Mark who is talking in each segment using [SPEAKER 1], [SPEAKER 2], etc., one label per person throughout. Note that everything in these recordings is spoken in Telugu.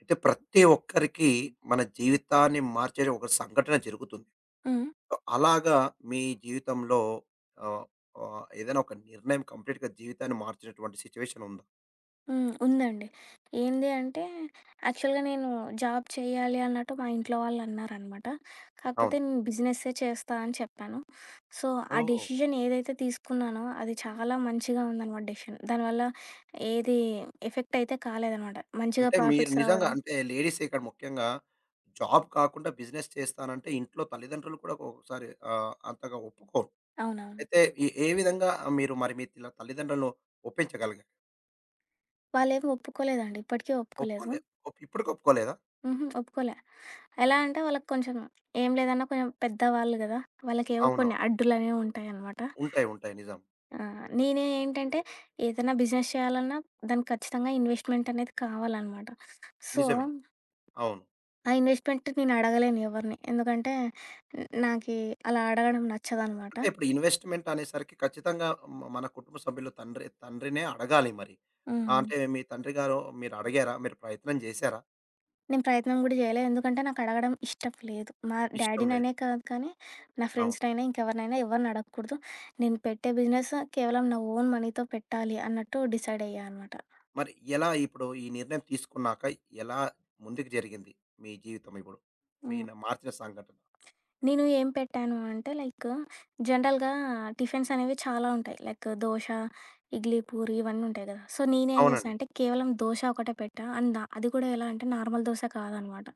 [SPEAKER 1] అయితే ప్రతి ఒక్కరికి మన జీవితాన్ని మార్చే ఒక సంఘటన జరుగుతుంది.
[SPEAKER 2] హ్మ్.
[SPEAKER 1] సో, అలాగా మీ జీవితంలో ఆహ్, ఆహ్, ఏదైనా ఒక నిర్ణయం కంప్లీట్‌గా జీవితాన్ని మార్చినటువంటి సిట్యుయేషన్ ఉందా?
[SPEAKER 2] హ్మ్. ఉందండి. ఏంది అంటే యాక్చువల్‌గా నేను జాబ్ చేయాలి అన్నట్టు మా ఇంట్లో వాళ్ళన్నారనమాట. కాకపోతే
[SPEAKER 1] అవును.
[SPEAKER 2] నేను బిజినెస్సే చేస్తా అని చెప్పాను. సో, ఆ
[SPEAKER 1] ఓహ్!
[SPEAKER 2] డెసిషన్ ఏదైతే తీసుకున్నానో అది చాలా మంచిగా ఉందనమాట డెసిషన్. దానివల్ల ఏది ఎఫెక్ట్ అయితే కాలేదనమాట. మంచిగా
[SPEAKER 1] అంటే మీరు
[SPEAKER 2] ప్రాఫిట్స్
[SPEAKER 1] నిజంగా
[SPEAKER 2] రావడం
[SPEAKER 1] అంటే లేడీసే ఇక్కడ ముఖ్యంగా జాబ్ కాకుండా బిజినెస్ చేస్తానంటే ఇంట్లో తల్లిదండ్రులు కూడా ఒక్కొక్కసారి అంతగా ఒప్పుకోరు.
[SPEAKER 2] అవునవును.
[SPEAKER 1] అయితే ఏ ఏ విధంగా మీరు మరి మీ ఇలా తల్లిదండ్రులను ఒప్పించగలిగారు?
[SPEAKER 2] వాళ్ళేమి ఒప్పుకోలేదండి. ఇప్పటికీ ఒప్పుకోలేదు.
[SPEAKER 1] ఒప్పుకోలే ఇప్పటికి ఒప్పుకోలేదా?
[SPEAKER 2] హుహు. ఒప్పుకోలే. ఎలా
[SPEAKER 1] ఆ!
[SPEAKER 2] అంటే వాళ్ళకి కొంచెం ఏం లేదన్నా కొంచెం పెద్దవాళ్ళు గదా! వాళ్ళకేవో
[SPEAKER 1] అవునవును.
[SPEAKER 2] కొన్ని అడ్డులనేవి ఉంటాయనమాట.
[SPEAKER 1] ఉంటాయి. ఉంటాయి. నిజం.
[SPEAKER 2] ఆ! నేనే ఏంటంటే ఏదైనా బిజినెస్ చేయాలన్నా దానికి ఖచ్చితంగా ఇన్వెస్ట్‌మెంట్ అనేది కావాలనమాట. సో,
[SPEAKER 1] నిజమే. అవును.
[SPEAKER 2] ఆ ఇన్వెస్ట్‌మెంట్ నేను అడగలేను ఎవరిని. ఎందుకంటే నాకి అలా అడగడం నచ్చదనమాట.
[SPEAKER 1] అంటే ఇప్పుడు ఇన్వెస్ట్‌మెంట్ అనేసరికి ఖచ్చితంగా మన కుటుంబ సభ్యులు తండ్రినే అడగాలి మరి.
[SPEAKER 2] హ్మ్.
[SPEAKER 1] అంటే మీ తండ్రి గారు మీరు అడిగారా? మీరు ప్రయత్నం చేశారా?
[SPEAKER 2] నేను ప్రయత్నం కూడా చేయలే. ఎందుకంటే నాకు అడగడం ఇష్టం లేదు. మా
[SPEAKER 1] ఇష్టం లేదు.
[SPEAKER 2] డ్యాడీననే కాదు కానీ నా
[SPEAKER 1] అవును.
[SPEAKER 2] ఫ్రెండ్స్‌నైనా, ఇంకెవరినైనా ఎవరిని అడగకూడదు. నేను పెట్టే బిజినెస్ కేవలం నా ఓన్ మనీతో పెట్టాలి అన్నట్టు డిసైడ్ అయ్యా అనమాట.
[SPEAKER 1] మరి ఎలా ఇప్పుడు ఈ నిర్ణయం తీసుకున్నాక ఎలా ముందుకు జరిగింది మీ జీవితం ఇప్పుడు? మీ
[SPEAKER 2] హ్మ్.
[SPEAKER 1] మార్చిన సంఘటన?
[SPEAKER 2] నేను ఏం పెట్టాను అంటే లైక్ జనరల్‌గా టిఫిన్స్ అనేవి చాలా ఉంటాయి. లైక్ దోస, ఇడ్లీ, పూరి ఇవన్నీ ఉంటాయి కదా! సో, నేనేం చేశా
[SPEAKER 1] అవునండి.
[SPEAKER 2] అంటే కేవలం దోస ఒకటే పెట్టా. అండ్ అది కూడా ఎలా అంటే నార్మల్ దోస కాదనమాట.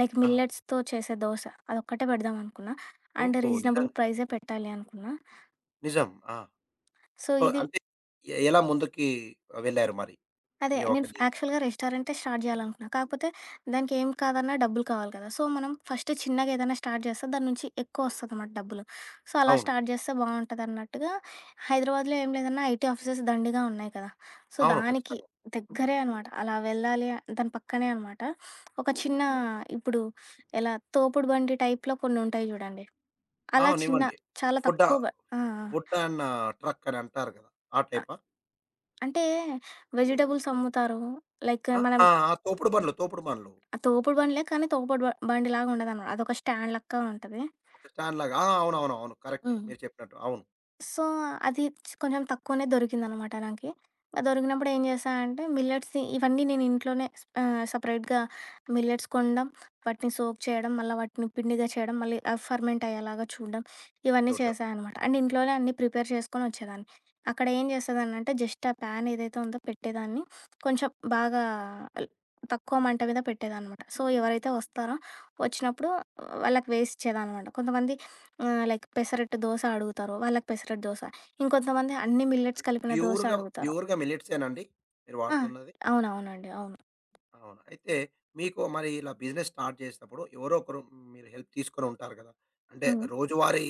[SPEAKER 2] లైక్
[SPEAKER 1] ఆ!
[SPEAKER 2] మిల్లెట్స్‌తో చేసే దోస అదొక్కటే పెడదాం అనుకున్నా. అండ్
[SPEAKER 1] ఓహో!
[SPEAKER 2] రీజనబుల్
[SPEAKER 1] నిజంగా.
[SPEAKER 2] ప్రైజే పెట్టాలి అనుకున్నా.
[SPEAKER 1] నిజం. ఆ!
[SPEAKER 2] సో,
[SPEAKER 1] సో, అంటే ఎలా ముందుకి వెళ్లారు మరి?
[SPEAKER 2] అదే.
[SPEAKER 1] మీ ఒక
[SPEAKER 2] నేను ఫ్
[SPEAKER 1] నిర్ణయం.
[SPEAKER 2] యాక్చువల్‌గా రెస్టారెంటే స్టార్ట్ జేయాలనుకున్నా. కాకపోతే దానికేం కాదన్నా డబ్బులు కావాలి కదా! సో, మనం ఫస్ట్ చిన్నగా ఏదైనా స్టార్ట్ చేస్తే దాని నుంచి ఎక్కువొస్తదనమాట డబ్బులు. సో, అలా
[SPEAKER 1] అవును.
[SPEAKER 2] స్టార్ట్ చేస్తే బావుంటదన్నట్టుగా హైదరాబాద్‌లో ఏం లేదన్నా ఐటీ ఆఫీసెస్ దండిగా ఉన్నాయి కదా! సో,
[SPEAKER 1] అవును.
[SPEAKER 2] దానికి
[SPEAKER 1] ఖచ్చితంగా.
[SPEAKER 2] దగ్గరే అనమాట. అలా వెళ్ళాలి దాని పక్కనే అనమాట. ఒక చిన్న ఇప్పుడు ఎలా తోపుడు బండి టైప్‌లో కొన్నుంటాయి చూడండి. అలా చిన్న
[SPEAKER 1] అవునివ్వండి.
[SPEAKER 2] చాలా
[SPEAKER 1] ఫుడ్
[SPEAKER 2] తక్కువ ఆ!
[SPEAKER 1] ఫుడ్ అండ్ ట్రక్ అని అంటారు కదా! ఆ
[SPEAKER 2] ఆ!
[SPEAKER 1] టైపా?
[SPEAKER 2] అంటే వెజిటబుల్స్ అమ్ముతారు. లైక్
[SPEAKER 1] ఆ!
[SPEAKER 2] మనం
[SPEAKER 1] ఆ! ఆ! తోపుడు బండ్లు, తోపుడు బండ్లు.
[SPEAKER 2] ఆ తోపుడు బండిలే కానీ, తోపుడు బండిలాగా ఉండదనమాట. అదొక స్టాండ్ లెక్క ఉంటది.
[SPEAKER 1] ఒక స్టాండ్‌లాగా. ఆ! అవునవునవును. కరెక్టే.
[SPEAKER 2] హ్మ్.
[SPEAKER 1] మీరు చెప్పినట్టు. అవును.
[SPEAKER 2] సో, అది కొంచెం తక్కువనే దొరికిందనమాట నాకి. దొరికినప్పుడు ఏం చేశా అంటే మిల్లెట్స్‌ని ఇవన్నీ నేను ఇంట్లోనే సెపరేట్‌గా మిల్లెట్స్ కొనడం, వాటిని సోక్ చేయడం, మళ్ళీ వాటిని పిండిగా చేయడం, మళ్ళీ అవి ఫర్మెంట్ అయ్యేలాగా చూడడం, ఇవన్నీ
[SPEAKER 1] చూడ్డం.
[SPEAKER 2] చేశా
[SPEAKER 1] అవును.
[SPEAKER 2] అనమాట. అండ్ ఇంట్లోనే అన్నీ ప్రిపేర్ చేసుకొని వచ్చేదాన్ని. అక్కడ ఏం చేసేదాన్నంటే జస్ట్ ఆ ప్యాన్ ఏదైతే ఉందో పెట్టేదాన్ని. కొంచెం బాగా ల్ తక్కువ మంట మీద పెట్టేదాన్నమాట. సో, ఎవరైతే వస్తారో వచ్చినప్పుడు వాళ్ళకి వేసిచ్చేదాన్నమాట. కొంతమంది ఆ! లైక్ పెసరట్టు దోస అడుగుతారు. వాళ్ళకి పెసరట్టు దోస. ఇంకొంతమంది అన్ని
[SPEAKER 1] అంటే
[SPEAKER 2] మిల్లెట్స్ కలిపిన దోస
[SPEAKER 1] ప్యూర్‌గా,
[SPEAKER 2] అడుగుతారు.
[SPEAKER 1] ప్యూర్‌గా మిల్లెట్సేనండి మీరు
[SPEAKER 2] ఆ!
[SPEAKER 1] వాడుతున్నది?
[SPEAKER 2] అవునవునండి. అవును.
[SPEAKER 1] అవును. అయితే మీకు మరి ఇలా బిజినెస్ స్టార్ట్ చేసినప్పుడు ఎవరో ఒకరు మీరు హెల్ప్ తీసుకొని ఉంటారు కదా! అంటే
[SPEAKER 2] హ్మ్.
[SPEAKER 1] రోజువారీ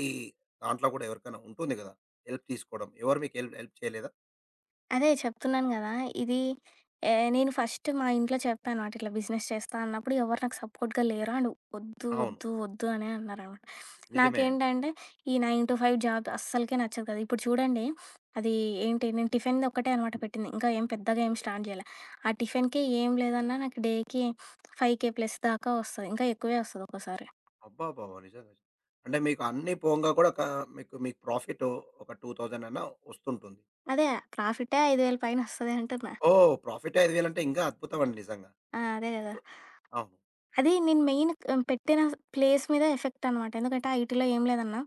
[SPEAKER 1] దాంట్లో కూడా ఎవరికైనా ఉంటుంది కదా! హెల్ప్ తీసుకోవడం. ఎవరు మీకు హెల్ప్ హెల్ప్ చేయలేదా?
[SPEAKER 2] అదే చెప్తున్నాను గదా! ఇది నేను ఫస్ట్ మా ఇంట్లో చెప్పానమాట. ఇట్లా బిజినెస్ చేస్తా అన్నప్పుడు ఎవరు నాకు సపోర్ట్‌గా లేరు. అండ్ వద్దు,
[SPEAKER 1] అవును.
[SPEAKER 2] వద్దు, వద్దు అనే అన్నారనమాట.
[SPEAKER 1] నిజమే అండి.
[SPEAKER 2] నాకేంటంటే ఈ 9-5 జాబ్ అస్సలకే నచ్చదు కదా! ఇప్పుడు చూడండి అది ఏంటి నేను టిఫిన్‌ది ఒక్కటే అనమాట పెట్టింది. ఇంకా ఏం పెద్దగా ఏం స్టార్ట్ జేయలే. ఆ టిఫిన్‌కే ఏం లేదన్నా నాకు డేకి 5,000 ప్లస్ దాకా వస్తది. ఇంకా ఎక్కువే వస్తది ఒక్కోసారి.
[SPEAKER 1] అబ్బబ్బబ్బా! నిజంగా. అంటే మీకు అన్నీ పోంగా కూడా ఒక మీకు మీకు ప్రాఫిట్ ఒక 2000 అన్నా వస్తుంటుంది.
[SPEAKER 2] అదే ప్రాఫిటే 5,000 పైన వస్తది అంటున్నా.
[SPEAKER 1] ఓహ్! ప్రాఫిటే 5000 అంటే ఇంకా అద్భుతం అండి నిజంగా.
[SPEAKER 2] ఆ! అదే గదా!
[SPEAKER 1] అవును.
[SPEAKER 2] అది నేను మెయిన్ పెట్టిన ప్లేస్ మీద ఎఫెక్ట్ అనమాట. ఎందుకంటే, ఆ ఐటీలో ఏం లేదన్నా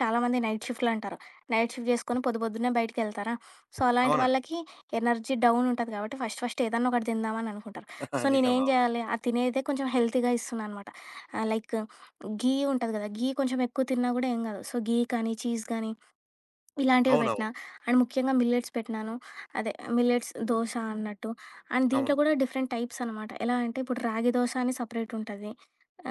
[SPEAKER 2] చాలామంది నైట్ షిఫ్ట్‌లంటారు. నైట్ షిఫ్ట్ జేసుకొని పొద్దు పొద్దున్నే బయటికెళ్తారా? సో, అలాంటి
[SPEAKER 1] అవునండి.
[SPEAKER 2] వాళ్ళకి ఎనర్జీ డౌన్ ఉంటది కాబట్టి ఫస్ట్ ఫస్ట్ ఏదన్నా ఒకటి తిందామని అనుకుంటారు. సో,
[SPEAKER 1] నిజం.
[SPEAKER 2] నేనేం
[SPEAKER 1] అవును.
[SPEAKER 2] జేయాలి? ఆ తినేదే కొంచెం హెల్తీగా ఇస్తున్నా అనమాట. లైక్ ఘీ ఉంటది గదా! ఘీ కొంచెం ఎక్కువ తిన్నా గూడా ఏం గాదు. సో, ఘీ కానీ, చీజ్ గానీ ఇలాంటివి
[SPEAKER 1] అవునవును.
[SPEAKER 2] బెట్టినా. అండ్ ముఖ్యంగా మిల్లెట్స్ పెట్టినాను. అదే మిల్లెట్స్ దోస అన్నట్టు. అండ్ దీంట్లో
[SPEAKER 1] అవును. అవును
[SPEAKER 2] గూడా డిఫరెంట్ టైప్స్ అనమాట. ఎలా అంటే ఇప్పుడు రాగి దోస అని సపరేట్ ఉంటది.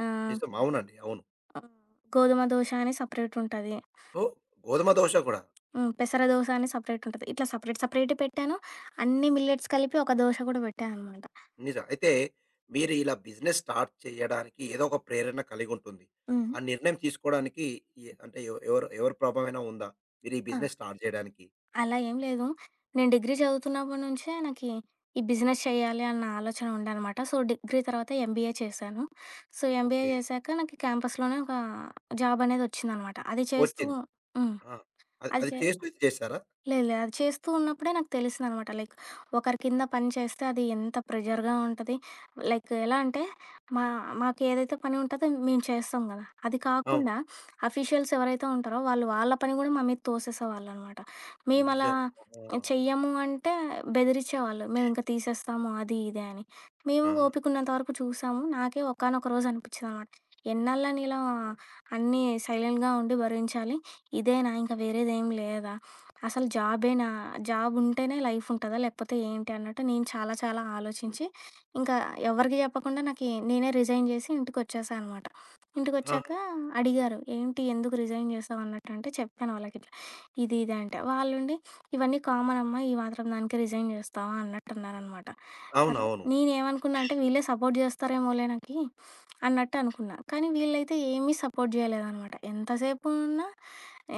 [SPEAKER 2] ఆహ్,
[SPEAKER 1] నిజం. అవునండి. అవును.
[SPEAKER 2] ఆహ్, గోధుమ దోస అని సపరేట్ ఉంటది.
[SPEAKER 1] సో, గోధుమ దోస కూడా.
[SPEAKER 2] హ్మ్. పెసర దోస అని సపరేట్ ఉంటది. ఇట్లా సపరేట్ సపరేటే పెట్టాను. అన్ని మిల్లెట్స్ కలిపి ఒక దోస గూడా పెట్టా అనమాట.
[SPEAKER 1] నిజం. అయితే మీరు ఇలా బిజినెస్ స్టార్ట్ చేయడానికి ఏదో ఒక ప్రేరణ కలిగుంటుంది.
[SPEAKER 2] హ్మ్.
[SPEAKER 1] ఆ నిర్ణయం తీసుకోవడానికి అంటే ఎవ ఎవరు ఎవరి ప్రభావం అయినా ఉందా? మీరు ఈ
[SPEAKER 2] ఆ!
[SPEAKER 1] బిజినెస్ స్టార్ట్ చేయడానికి?
[SPEAKER 2] అలా ఏం లేదు. నేను డిగ్రీ చదువుతున్నప్పటి నుంచే నాకి ఈ బిజినెస్ చేయాలి అన్న ఆలోచన ఉందనమాట. సో, డిగ్రీ తర్వాత ఎంబీఏ చేశాను. So, MBA
[SPEAKER 1] okay.
[SPEAKER 2] చేశాక నాకు క్యాంపస్‌లోనే ఒక జాబ్ అనేది వచ్చిందనమాట. అది చేస్తూ
[SPEAKER 1] వచ్చింది.
[SPEAKER 2] హ్మ్.
[SPEAKER 1] ఆ! అది
[SPEAKER 2] అది
[SPEAKER 1] అది
[SPEAKER 2] చే
[SPEAKER 1] చేస్తూ ఇది చేశారా?
[SPEAKER 2] లేదు, లేదు. అది చేస్తూ ఉన్నప్పుడే నాకు తెలిసిందనమాట. లైక్ ఒకరి కింద పని చేస్తే అది ఎంత ప్రెజర్‌గా ఉంటది. లైక్ ఎలా అంటే మా మాకేదైతే పని ఉంటదో మేము చేస్తాం గదా! అది
[SPEAKER 1] అవును.
[SPEAKER 2] కాకుండా అఫీషియల్స్ ఎవరైతే ఉంటారో వాళ్ళు వాళ్ళ పని గూడా మా మీద తోసేసేవాళ్ళనమాట. మేమలా
[SPEAKER 1] నిజం. ఆ!
[SPEAKER 2] చెయ్యము అంటే బెదిరిచ్చేవాళ్ళు. మేమింక తీసేస్తాము అది ఇది అని. మేము
[SPEAKER 1] ఆ!
[SPEAKER 2] ఓపికున్నంత వరకు చూసాము. నాకే ఒకానొక రోజు అనిపిచ్చిందనమాట. ఎన్నాళ్ళని ఇలా అన్నీ సైలెంట్‌గా ఉండి భరించాలి. ఇదేనా ఇంక వేరేదేం లేదా? అసలు జాబేనా? జాబుంటేనే లైఫుంటదా? లేకపోతే ఏంటి అన్నట్టు నేను చాలా చాలా ఆలోచించి, ఇంకా ఎవరికీ చెప్పకుండా నాకి నేనే రిజైన్ జేసి ఇంటికొచ్చేసా అనమాట.
[SPEAKER 1] ఆ!
[SPEAKER 2] ఇంటికొచ్చాక అడిగారు, "ఏంటి? ఎందుకు రిజైన్ జేసావు" అన్నట్టంటే చెప్పాను వాళ్ళకిట్లా, ఇది ఇది అంటే. వాళ్ళుండి, "ఇవన్నీ కామనమ్మా, ఈ మాత్రం దానికి రిజైన్ జేస్తావా?" అన్నట్టన్నారనమాట. అర్రె
[SPEAKER 1] అవునవును.
[SPEAKER 2] నేనేమనుకున్నా అంటే, వీళ్ళే సపోర్ట్ జేస్తారేమోలే నాకి అన్నట్టు అనుకున్నా. కానీ వీళ్ళైతే ఏమీ సపోర్ట్ జేయలేదనమాట. ఎంతసేపు ఉన్నా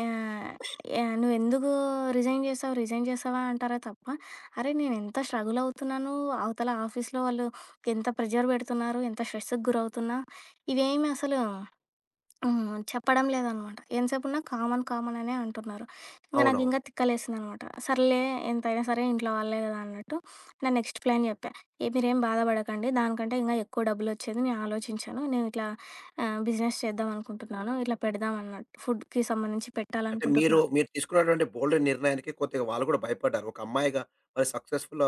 [SPEAKER 2] ఆహ్, యాహ్! "నువ్వెందుకు రిజైన్ జేసావు? రిజైన్ జేసావా?" అంటారే తప్ప, అరే నేనెంత స్ట్రగుల్ అవుతున్నాను, అవతల ఆఫీస్‌లో వాళ్ళు ఎంత ప్రెజర్ పెడుతున్నారు, ఎంత స్ట్రెస్‌కి గురవుతున్నా, ఇవేమి అసలు హ్మ్. చెప్పడం లేదనమాట. ఎంతసేపున్నా కామన్ కామన్ అనే అంటున్నారు. ఇంక అవును.
[SPEAKER 1] అవునవును.
[SPEAKER 2] నాకింకా తిక్కలేసిందనమాట. సర్లే ఎంతైనా సరే ఇంట్లో వాళ్ళే గదా అన్నట్టు, నా నెక్స్ట్ ప్లాన్ జెప్పా. "ఏ మీరేం బాధపడకండి, దానికంటే ఇంగా ఎక్కువ డబ్బులొచ్చేది నేను ఆలోచించాను. నేనిట్లా బిజినెస్ చేద్దామనుకుంటున్నాను, ఇట్లా పెడదాం" అన్నట్టు. ఫుడ్‌కి సంబంధించి
[SPEAKER 1] అంటే మీరు
[SPEAKER 2] పెట్టాలనుకుంటున్నా.
[SPEAKER 1] మీరు తీసుకున్నటువంటి బోల్డ్ నిర్ణయానికి కొద్దిగా వాళ్ళు కూడా భయపడ్డారు. ఒక అమ్మాయిగా మరి సక్సెస్‌ఫుల్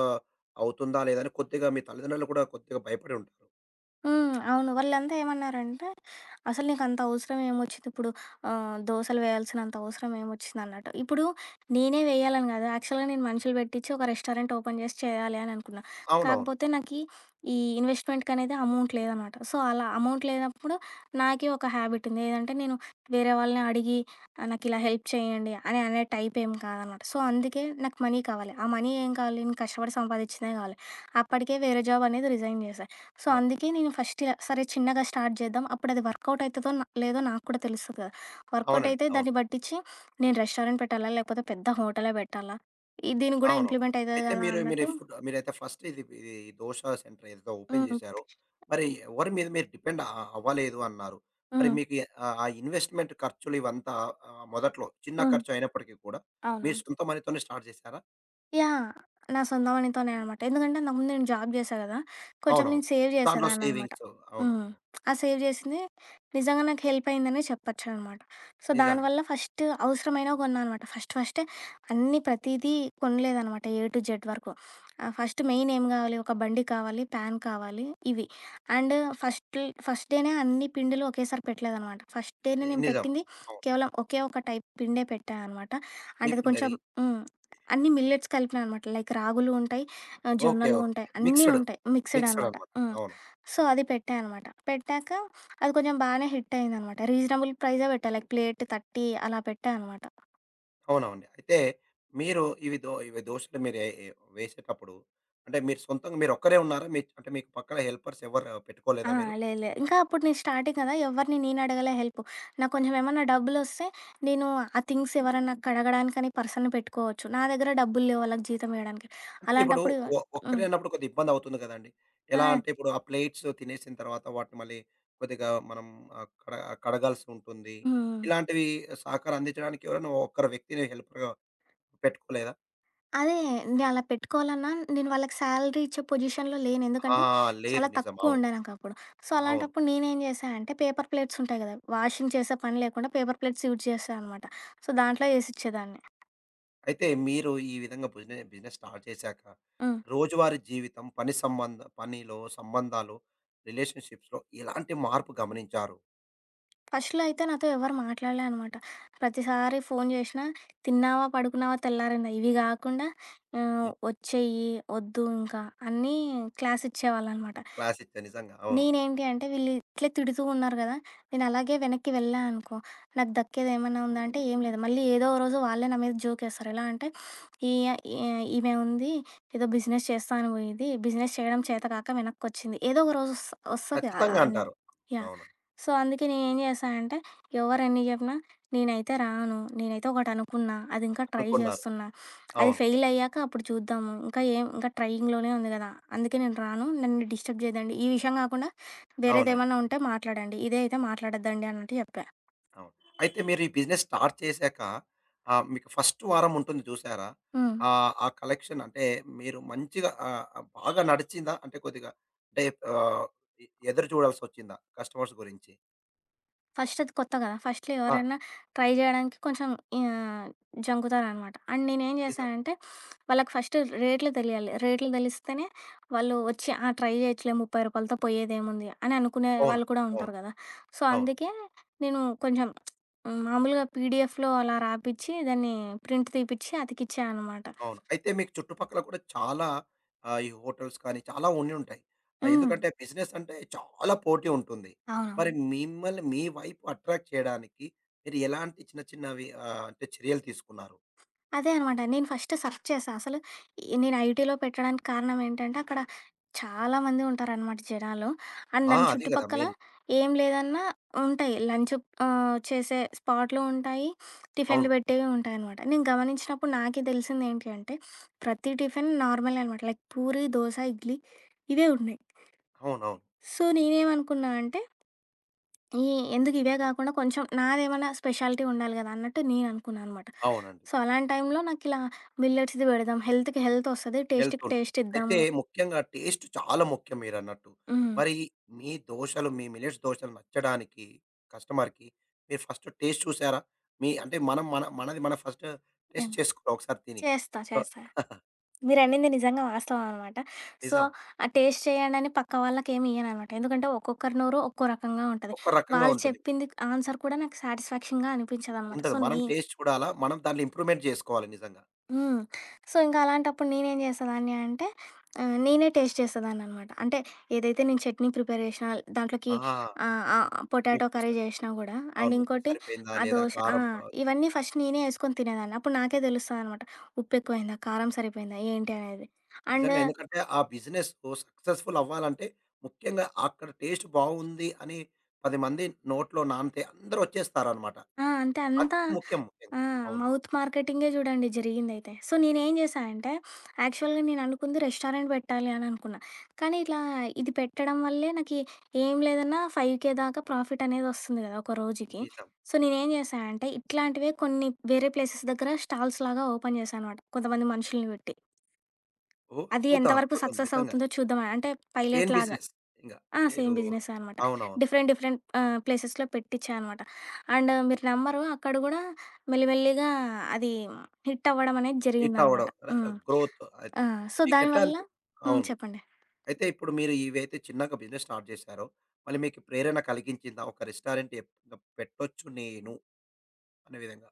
[SPEAKER 1] అవుతుందా? లేదా? అని కొద్దిగా మీ తల్లిదండ్రులు కూడా కొద్దిగా భయపడి ఉంటారు.
[SPEAKER 2] హ్మ్. అవును. వాళ్ళంతా ఏమన్నారంటే, "అసలు నీకంత అవసరం ఏమొచ్చింది ఇప్పుడు దోసలు వేయాల్సినంత అవసరం ఏమొచ్చిందన్నట్టు." ఇప్పుడు నేనే వేయాలని కాదు. యాక్చువల్‌గా నేను మనుషులు పెట్టిచ్చి ఒక రెస్టారెంట్ ఓపెన్ చేసి చేయాలి అని అనుకున్నా.
[SPEAKER 1] అవునవును.
[SPEAKER 2] కాకపోతే నాకీ ఈ ఇన్వెస్ట్‌మెంట్‌కనేది అమౌంట్ లేదనమాట. సో, అలా అమౌంట్ లేనప్పుడు నాకే ఒక హ్యాబిట్ ఉంది. ఏదంటే నేను వేరే వాళ్ళని అడిగి నాకిలా హెల్ప్ చేయండి అని అనే టైప్ ఏం కాదనమాట. సో, అందుకే నాకు మనీ కావాలి. ఆ మనీ ఏం కావాలి? నేను కష్టపడి సంపాదిచ్చిందే కావాలి. అప్పటికే వేరే జాబ్ అనేది రిజైన్ చేశా. సో,
[SPEAKER 1] అవును.
[SPEAKER 2] అందుకే నేను ఫస్ట్ ఇలా సరే చిన్నగా స్టార్ట్ చేద్దాం. అప్పుడది వర్కౌట్ అయితదో న లేదో నాకు కూడా తెలుస్తది కదా! వర్కౌట్
[SPEAKER 1] అవునండి.
[SPEAKER 2] అయితే
[SPEAKER 1] అవును.
[SPEAKER 2] దాన్ని పట్టిచ్చి నేను రెస్టారెంట్ పెట్టాలా? లేకపోతే పెద్ద హోటలే పెట్టాలా? ఈ దీనికి గూడా
[SPEAKER 1] అవును.
[SPEAKER 2] ఇంప్లిమెంట్ అయితది
[SPEAKER 1] అయితే
[SPEAKER 2] కదా!
[SPEAKER 1] మీరు మీరు
[SPEAKER 2] అన్నట్టు
[SPEAKER 1] ఫుడ్ మీరైతే ఫస్ట్ ఇది ఇది దోస సెంటర్ ఏదైతే ఓపెన్
[SPEAKER 2] హ్మ్.
[SPEAKER 1] చేశారో, మరి ఎవరి మీద మీరు డిపెండ్ అవ్వలేదు అన్నారు. మరి
[SPEAKER 2] హ్మ్.
[SPEAKER 1] మీకు ఆ ఆ ఇన్వెస్ట్‌మెంట్ ఖర్చులు ఇవంతా మొదట్లో చిన్న
[SPEAKER 2] హ్మ్.
[SPEAKER 1] ఖర్చు అయినప్పటికీ కూడా మీరు
[SPEAKER 2] అవును.
[SPEAKER 1] సొంత మనీతోనే స్టార్ట్ చేశారా?
[SPEAKER 2] యాహ్! నా సొంత మనీతోనే అనమాట. ఎందుకంటే ఇంతకు ముందు నేను జాబ్ జేశా గదా! కొంచెం
[SPEAKER 1] అవునవును.
[SPEAKER 2] నేను సేవ్
[SPEAKER 1] దాంట్లో
[SPEAKER 2] జేసేదాన్ననమాట.
[SPEAKER 1] సేవింగ్స్ అవును. అవును.
[SPEAKER 2] హ్మ్. ఆ సేవ్ జేసింది నిజంగా నాకు హెల్ప్ అయిందనే చెప్పొచ్చనమాట. సో,
[SPEAKER 1] నిజంగా.
[SPEAKER 2] దానివల్ల ఫస్ట్ అవసరమైనవి గొన్నా అనమాట. ఫస్ట్ ఫస్టే అన్నీ ప్రతీదీ కొనలేదనమాట ఏ టు జెడ్ వరకు. ఫస్ట్ మెయిన్ ఏం గావాలి, ఒక బండి కావాలి, ప్యాన్ కావాలి ఇవి. అండ్ ఫస్ట్ ఫస్ట్ డేనే అన్ని పిండిలు ఒకేసారి పెట్టలేదనమాట. ఫస్ట్ డేనే
[SPEAKER 1] ని-
[SPEAKER 2] నేను
[SPEAKER 1] నిజం.
[SPEAKER 2] పెట్టింది
[SPEAKER 1] అవును.
[SPEAKER 2] కేవలం ఒకే ఒక టైప్ పిండే పెట్టా అనమాట.
[SPEAKER 1] ఏ
[SPEAKER 2] అంటే అది కొంచెం
[SPEAKER 1] పిండది?
[SPEAKER 2] హ్మ్. అన్నీ మిల్లెట్స్ కలిపిననమాట. లైక్ రాగులు ఉంటాయి,
[SPEAKER 1] ఓకే.
[SPEAKER 2] జొన్నలు
[SPEAKER 1] ఓకే.
[SPEAKER 2] ఉంటాయి, అన్నీ
[SPEAKER 1] మిక్స్‌డ్.
[SPEAKER 2] ఉంటాయి. మిక్స్‌డ్
[SPEAKER 1] మిక్స్‌డ్
[SPEAKER 2] అనమాట.
[SPEAKER 1] అన్నమాట.
[SPEAKER 2] హ్మ్.
[SPEAKER 1] అవును.
[SPEAKER 2] సో, అది పెట్టా అనమాట. పెట్టాక అది కొంచెం బానే హిట్ అయిందనమాట. రీజనబుల్ ప్రైజే పెట్టా. లైక్ ప్లేట్ 30 అలా పెట్టా అనమాట.
[SPEAKER 1] అవునవునండి. అయితే మీరు ఇవి దోసలు మీరు ఏ ఏ వేసేటప్పుడు అంటే మీరు సొంతంగా మీరొక్కరే ఉన్నారా? మీ అంటే మీకు పక్కన హెల్పర్స్ ఎవరు
[SPEAKER 2] ఆ!
[SPEAKER 1] పెట్టుకోలేదా మీరు?
[SPEAKER 2] లేదు, లేదు. ఇంకా అప్పుడు నేను స్టార్టింగ్ కదా! ఎవరిని నేను అడగలే హెల్ప్. నాకు కొంచెం ఏమన్నా డబ్బులొస్తే నేను ఆ థింగ్స్ ఎవరన్నా కడగడానికని పర్సన్‌ని పెట్టుకోవచ్చు. నా దగ్గర డబ్బులు లేవు వాళ్ళకి జీతం ఇవ్వడానికి.
[SPEAKER 1] అంటే ఇప్పుడు
[SPEAKER 2] అలాంటప్పుడు
[SPEAKER 1] ఒక్కరే
[SPEAKER 2] హ్మ్.
[SPEAKER 1] అన్నప్పుడు కొద్దిగా ఇబ్బంది అవుతుంది కదండీ!
[SPEAKER 2] ఆ!
[SPEAKER 1] ఎలా అంటే ఇప్పుడు ఆ ప్లేట్స్ తినేసిన తర్వాత వాటిని మళ్ళీ కొద్దిగా మనం ఆహ్, కడ కడగాల్సి ఉంటుంది.
[SPEAKER 2] హ్మ్.
[SPEAKER 1] ఇలాంటివి సహకారం అందించడానికి ఎవరైనా ఒక్కరు వ్యక్తిని హెల్పర్‌గా పెట్టుకోలేదా?
[SPEAKER 2] అదే. నేనలా పెట్టుకోవాలన్నా నేను వాళ్ళకి శాలరీ ఇచ్చే పొజిషన్‌లో లేను.
[SPEAKER 1] ఆ!
[SPEAKER 2] ఎందుకంటే
[SPEAKER 1] లేరు.
[SPEAKER 2] చాలా
[SPEAKER 1] నిజం. అవును.
[SPEAKER 2] తక్కువుండే నాకప్పుడు. సో,
[SPEAKER 1] అవును.
[SPEAKER 2] అలాంటప్పుడు నేనేం జేశా అంటే పేపర్ ప్లేట్స్ ఉంటాయి గదా! వాషింగ్ చేసే పని లేకుండా పేపర్ ప్లేట్స్ యూజ్ చేశా అనమాట. సో, దాంట్లో ఏసిచ్చేదాన్ని.
[SPEAKER 1] అయితే మీరు ఈ విధంగా బిజినెస్ స్టార్ట్ చేశాక,
[SPEAKER 2] హ్మ్.
[SPEAKER 1] రోజువారీ జీవితం, పనిలో సంబంధాలు, రిలేషన్‌షిప్స్‌లో ఎలాంటి మార్పు గమనించారు?
[SPEAKER 2] ఫస్ట్‌లో అయితే నాతో ఎవరు మాట్లాడలే అనమాట. ప్రతిసారి ఫోను జేషినా, తిన్నావా? పడుకున్నావా? తెల్లారిందా? ఇవి గాకుండా
[SPEAKER 1] హ్మ్.
[SPEAKER 2] ఒచ్చేయి, ఒద్దు ఇంకా అన్నీ క్లాస్ ఇచ్చేవాళ్ళనమాట.
[SPEAKER 1] క్లాస్ ఇచ్చా నిజంగా. అవును.
[SPEAKER 2] నేనేంటి అంటే వీళ్ళు ఇట్లే తిడుతూ ఉన్నారు గదా! నేను అలాగే వెనక్కి వెళ్ళా అనుకో, నాకు దక్కేది ఏమన్నా ఉందా అంటే ఏం లేదు. మళ్ళీ ఏదో ఓ రోజు వాళ్ళే నా మీద జోకేస్తారు. ఎలా అంటే ఈ ఈమె ఉంది ఏదో బిజినెస్ చేస్తా అని పోయింది. బిజినెస్ చేయడం చేతకాక వెనక్కొచ్చింది. ఏదో ఒక రోజు వస్తది అలా
[SPEAKER 1] ఖచ్చితంగా
[SPEAKER 2] అన్నం.
[SPEAKER 1] అంటారు.
[SPEAKER 2] యాహ్!
[SPEAKER 1] అవును.
[SPEAKER 2] సో, అందుకే నేనేం చేశా అంటే ఎవరెన్ని చెప్పినా నేనైతే రాను. నేనైతే ఒకటనుకున్నా. అది ఇంకా ట్రై
[SPEAKER 1] అనుకున్నారు.
[SPEAKER 2] చేస్తున్నా. అది
[SPEAKER 1] అవును.
[SPEAKER 2] ఫెయిల్ అయ్యాక అప్పుడు చూద్దాము. ఇంకా ఏం ఇంకా ట్రయింగ్‌లోనే ఉంది గదా! అందుకే నేను రాను. నన్ను డిస్టర్బ్ చేయదండి. ఈ విషయం గాకుండా
[SPEAKER 1] అవునండి.
[SPEAKER 2] వేరేదేమన్నా ఉంటే మాట్లాడండి. ఇదే అయితే మాట్లాడొద్దండి అన్నట్టు చెప్పా.
[SPEAKER 1] అవును. అయితే మీరు ఈ బిజినెస్ స్టార్ట్ చేశాక మీకు ఫస్ట్ వారం ఉంటుంది చూసారా?
[SPEAKER 2] హ్మ్.
[SPEAKER 1] ఆ కలెక్షన్ అంటే మీరు మంచిగా ఆహ్, ఆహ్, బాగా నడిచిందా? అంటే కొద్దిగా అంటే ఆహ్, ఎ ఎదురు చూడాల్సొచ్చిందా కస్టమర్స్ గురించి?
[SPEAKER 2] ఫస్ట్ అది కొత్త కదా! ఫస్ట్‌లో
[SPEAKER 1] ఆ!
[SPEAKER 2] ఎవరైనా ట్రై జేయడానికి కొంచెం ఆహ్, జంకుతారనమాట. అండ్ నేనేం
[SPEAKER 1] నిజం.
[SPEAKER 2] జేశానంటే, వాళ్ళకి ఫస్ట్ రేట్లు దెలియాలి. రేట్లు దెలిస్తేనే వాళ్ళు వచ్చి ఆ! ట్రై జేయొచ్చులే రూ. 30తో పోయేదేముంది అని అనుకునే
[SPEAKER 1] అవును.
[SPEAKER 2] వాళ్ళు కూడా
[SPEAKER 1] అవును.
[SPEAKER 2] ఉంటారు గదా! సో,
[SPEAKER 1] అవును.
[SPEAKER 2] అందుకే నేను కొంచెం మామూలుగా పీడిఎఫ్‌లో అలా రాపిచ్చి, దాన్ని ప్రింట్ తీపిచ్చి అతికిచ్చా అనమాట.
[SPEAKER 1] అవును. అయితే మీకు చుట్టుపక్కల కూడా చాలా ఈ హోటల్స్ కానీ చాలా ఉండి ఉంటాయి.
[SPEAKER 2] హ్మ్.
[SPEAKER 1] ఎందుకంటే బిజినెస్ అంటే చాలా పోటీ ఉంటుంది. మరి
[SPEAKER 2] అవునవును.
[SPEAKER 1] మిమ్మల్ని మీ వైపు అట్రాక్ట్ చేయడానికి మీరు ఎలాంటి చిన్న చిన్నవి అంటే చర్యలు తీసుకున్నారు?
[SPEAKER 2] అదే అనమాట. నేను ఫస్ట్ సెర్చ్ చేశా. అసలు ఈ నేను ఐటీలో పెట్టడానికి కారణం ఏంటంటే, అక్కడ చాలా మంది ఉంటారనమాట జనాలు. అండ్
[SPEAKER 1] ఆ!
[SPEAKER 2] దాని
[SPEAKER 1] అదే గదా!
[SPEAKER 2] చుట్టుపక్కల
[SPEAKER 1] మెయిన్.
[SPEAKER 2] ఏం లేదన్నా ఉంటాయి. లంచ్ చేసే స్పాట్లు ఉంటాయి.
[SPEAKER 1] అవును.
[SPEAKER 2] టిఫిన్‌లు పెట్టేవి ఉంటాయనమాట. నేను గమనించినప్పుడు నాకే తెలిసింది ఏంటి అంటే, ప్రతి టిఫిన్ నార్మలే అనమాట. లైక్ పూరి, దోస, ఇడ్లీ ఇవే ఉన్నాయి.
[SPEAKER 1] అవునవును.
[SPEAKER 2] సో, నేనేమనుకున్నా అంటే, ఈ ఎందుకు ఇవే కాకుండా కొంచెం నాదేమన్నా స్పెషాలిటీ ఉండాలి కదా! అన్నట్టు నేను అనుకున్నా అనమాట.
[SPEAKER 1] అవునండి.
[SPEAKER 2] సో, అలాంటి టైంలో నాకిలా మిల్లెట్స్‌ది పెడదాం. హెల్త్‌కి హెల్త్ వస్తది.
[SPEAKER 1] వెళ్తూ
[SPEAKER 2] టేస్ట్‌కి
[SPEAKER 1] ఉంటుంది.
[SPEAKER 2] టేస్ట్
[SPEAKER 1] అయితే
[SPEAKER 2] ఇద్దాము.
[SPEAKER 1] ముఖ్యంగా టేస్ట్ చాలా ముఖ్యం మీరన్నట్టు.
[SPEAKER 2] హ్మ్.
[SPEAKER 1] మరి మీ దోసలు, మీ మిల్లెట్స్ దోసలు నచ్చడానికి కస్టమర్‌కి మీరు ఫస్ట్ టేస్ట్ చూసారా? మీ అంటే మనం మన మనది మనం ఫస్ట్ టేస్ట్
[SPEAKER 2] యాహ్!
[SPEAKER 1] చేసుకున్నాం ఒకసారి తిని.
[SPEAKER 2] చేస్తా.
[SPEAKER 1] సో
[SPEAKER 2] చేస్తా. మీరనింది నిజంగా వాస్తవం అనమాట. సో,
[SPEAKER 1] నిజం.
[SPEAKER 2] ఆ టేస్ట్ చేయండని పక్క వాళ్ళకేమి ఇయ్యననమాట. ఎందుకంటే ఒక్కొక్కరి నోరు ఒక్కో రకంగా ఉంటది.
[SPEAKER 1] ఒక్కో రకంగా
[SPEAKER 2] వాళ్ళు
[SPEAKER 1] ఉంటుంది.
[SPEAKER 2] చెప్పింది ఆన్సర్ కూడా నాకు సాటిస్ఫాక్షన్‌గా అనిపించదనమాట.
[SPEAKER 1] ఉంటది.
[SPEAKER 2] సో,
[SPEAKER 1] మనం టేస్ట్ చూడాలా, మనం దాంట్లో ఇంప్రూవ్‌మెంట్ చేసుకోవాలి నిజంగా.
[SPEAKER 2] హ్మ్. సో, ఇంకా అలాంటప్పుడు నేనేం చేసేదాన్ని అంటే నేనే టేస్ట్ చేసేదాన్ననమాట. అంటే ఏదైతే నేను చట్నీ ప్రిపేర్ చేసినా, దాంట్లోకి
[SPEAKER 1] ఆ!
[SPEAKER 2] ఆహ్, ఆహ్, పొటాటో
[SPEAKER 1] ఉప్పు స
[SPEAKER 2] కర్రీ చేసినా గూడా అండ్
[SPEAKER 1] అవును. ఉప్పు
[SPEAKER 2] ఇంకోటి
[SPEAKER 1] సరిపోయిందా
[SPEAKER 2] ఆ
[SPEAKER 1] లేదా?
[SPEAKER 2] దోస ఆ!
[SPEAKER 1] కారం కావచ్చు.
[SPEAKER 2] ఇవన్నీ ఫస్ట్ నేనే యేసుకొని తినేదాన్ని. అప్పుడు నాకే తెలుస్తదనమాట. ఉప్పెక్కువైందా? కారం సరిపోయిందా? ఏంటి అనేది? అండ్
[SPEAKER 1] నిజంగా. ఎందుకంటే ఆ బిజినెస్సు సక్సెస్‌ఫుల్ అవ్వాలంటే ముఖ్యంగా అక్కడ టేస్ట్ బాగుంది అని 10 మంది నోట్లో నానితే అందరూ వచ్చేస్తారనమాట.
[SPEAKER 2] ఆ! అంతే
[SPEAKER 1] అది
[SPEAKER 2] అంతా
[SPEAKER 1] ముఖ్యంగా.
[SPEAKER 2] ఆ!
[SPEAKER 1] అవును.
[SPEAKER 2] మౌత్ మార్కెటింగే జూడండి జరిగిందైతే. సో, నేనేం జేశా అంటే, యాక్చువల్‌గా నేననుకుంది రెస్టారెంట్ పెట్టాలి అననుకున్నా. కానీ ఇట్లా ఇది పెట్టడం వల్లే నాకి ఏం లేదన్నా 5,000 దాకా ప్రాఫిటనేదొస్తుంది గదా! ఒక రోజుకి.
[SPEAKER 1] నిజం.
[SPEAKER 2] సో, నేనేం జేశా అంటే, ఇట్లాంటివే కొన్ని వేరే ప్లేసెస్ దగ్గర స్టాల్స్ లాగా ఓపెన్ జేశా అనమాట. కొంతమంది మనుషుల్ని బెట్టి.
[SPEAKER 1] ఓహ్!
[SPEAKER 2] అది
[SPEAKER 1] అద్భుతం.
[SPEAKER 2] ఎంతవరకు
[SPEAKER 1] అద్భుతం.
[SPEAKER 2] సక్సెస్
[SPEAKER 1] నిజంగా.
[SPEAKER 2] అవుతుందో చూద్దామని. అంటే పైలెట్
[SPEAKER 1] చైన్
[SPEAKER 2] లాగా.
[SPEAKER 1] బిజినెస్ ఇంగ.
[SPEAKER 2] ఆ! సేమ్
[SPEAKER 1] మీరు
[SPEAKER 2] బిజినెసే అనమాట.
[SPEAKER 1] అవునవును.
[SPEAKER 2] డిఫరెంట్ డిఫరెంట్ ప్లేసెస్‌లో పెట్టిచ్చా అనమాట. అండ్ మీరు నమ్మరు అక్కడ గూడా మెల్లిమెల్లిగా అది హిట్ అవ్వడం అనేది
[SPEAKER 1] హిట్
[SPEAKER 2] జరిగిందనమాట.
[SPEAKER 1] అవ్వడం
[SPEAKER 2] హ్మ్.
[SPEAKER 1] గ్రోత్ అయితే.
[SPEAKER 2] ఆ! సో,
[SPEAKER 1] మీకెట్లా
[SPEAKER 2] దానివల్ల
[SPEAKER 1] అనిపి
[SPEAKER 2] హ్మ్.
[SPEAKER 1] అవును.
[SPEAKER 2] చెప్పండి.
[SPEAKER 1] అయితే ఇప్పుడు మీరు ఇవైతే చిన్నగా బిజినెస్ స్టార్ట్ చేశారో, మళ్ళీ మీకు ప్రేరణ కలిగించిందా? ఒక రెస్టారెంట్ పెట్టొచ్చు నేను అనే విధంగా.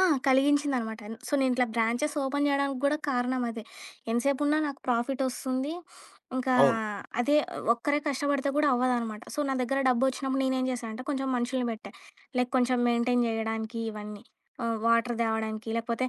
[SPEAKER 2] ఆ! కలిగించిందనమాట. సో, నేను ఇట్లా బ్రాంచెస్ ఓపెన్ జేయడానికి గూడా కారణం అదే. ఎంతసేపున్నా నాకు ప్రాఫిటొస్తుంది. ఇంకా
[SPEAKER 1] అవును.
[SPEAKER 2] అదే ఒక్కరే కష్టపడితే గూడా అవ్వదనమాట. సో, నా దగ్గర డబ్బొచ్చినప్పుడు నేనేం చేశా అంటే, కొంచెం మనుషుల్ని బెట్టా. లైక్ కొంచెం మెయింటైన్ జేయడానికి ఇవన్నీ. వాటర్ తేవడానికి, లేకపోతే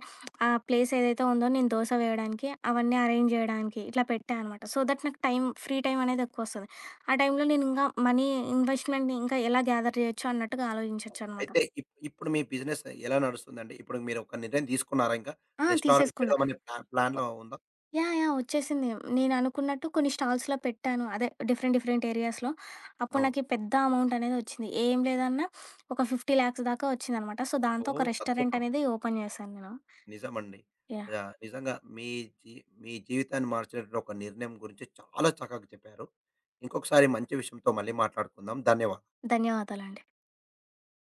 [SPEAKER 2] ఆ ప్లేస్ ఏదైతే ఉందో నేను దోస వేయడానికి, అవన్నీ అరేంజ్ జేయడానికి ఇట్లా పెట్టా అనమాట. సో దట్ నాకు టైం ఫ్రీ టైం అనేది ఎక్కువొస్తది. ఆ టైంలో నేను ఇంకా మనీ ఇన్వెస్ట్‌మెంట్‌ని ఇంకా ఎలా గ్యాదర్ జేయొచ్చు అన్నట్టుగా ఆలోచించొచ్చనమాట.
[SPEAKER 1] అయితే ఇప్పుడు మీ బిజినెస్ ఎలా నడుస్తుందండి? ఇప్పుడు మీరు ఒక నిర్ణయం తీసుకున్నారా ఇంకా?
[SPEAKER 2] ఆ!
[SPEAKER 1] రెస్టారెంట్
[SPEAKER 2] తీసేసుకున్నా.
[SPEAKER 1] పెడదామనే ప్లాన్‌లో ఉందా?
[SPEAKER 2] యాహ్! యాహ్! వచ్చేసింది. నేననుకున్నట్టు కొన్ని స్టాల్స్‌లో పెట్టాను. అదే డిఫరెంట్ డిఫరెంట్ ఏరియాస్‌లో. అప్పుడు
[SPEAKER 1] అవును.
[SPEAKER 2] నాకీ పెద్ద అమౌంట్ అనేది వచ్చింది. ఏం లేదన్నా ఒక 50,00,000 దాకా వచ్చిందనమాట. సో, దాంతో ఒక
[SPEAKER 1] ఓహ్!
[SPEAKER 2] రెస్టారెంట్
[SPEAKER 1] అద్భుతం.
[SPEAKER 2] అనేది ఓపెన్ చేశాను నేను.
[SPEAKER 1] నిజమండి.
[SPEAKER 2] యాహ్!
[SPEAKER 1] యాహ్! నిజంగా మీ జీ మీ జీవితాన్ని మార్చినటువంటి ఒక నిర్ణయం గురించి చాలా చక్కగా చెప్పారు. ఇంకొకసారి మంచి విషయంతో మళ్ళీ మాట్లాడుకుందాం. ధన్యవాదాలు.
[SPEAKER 2] ధన్యవాదాలండి.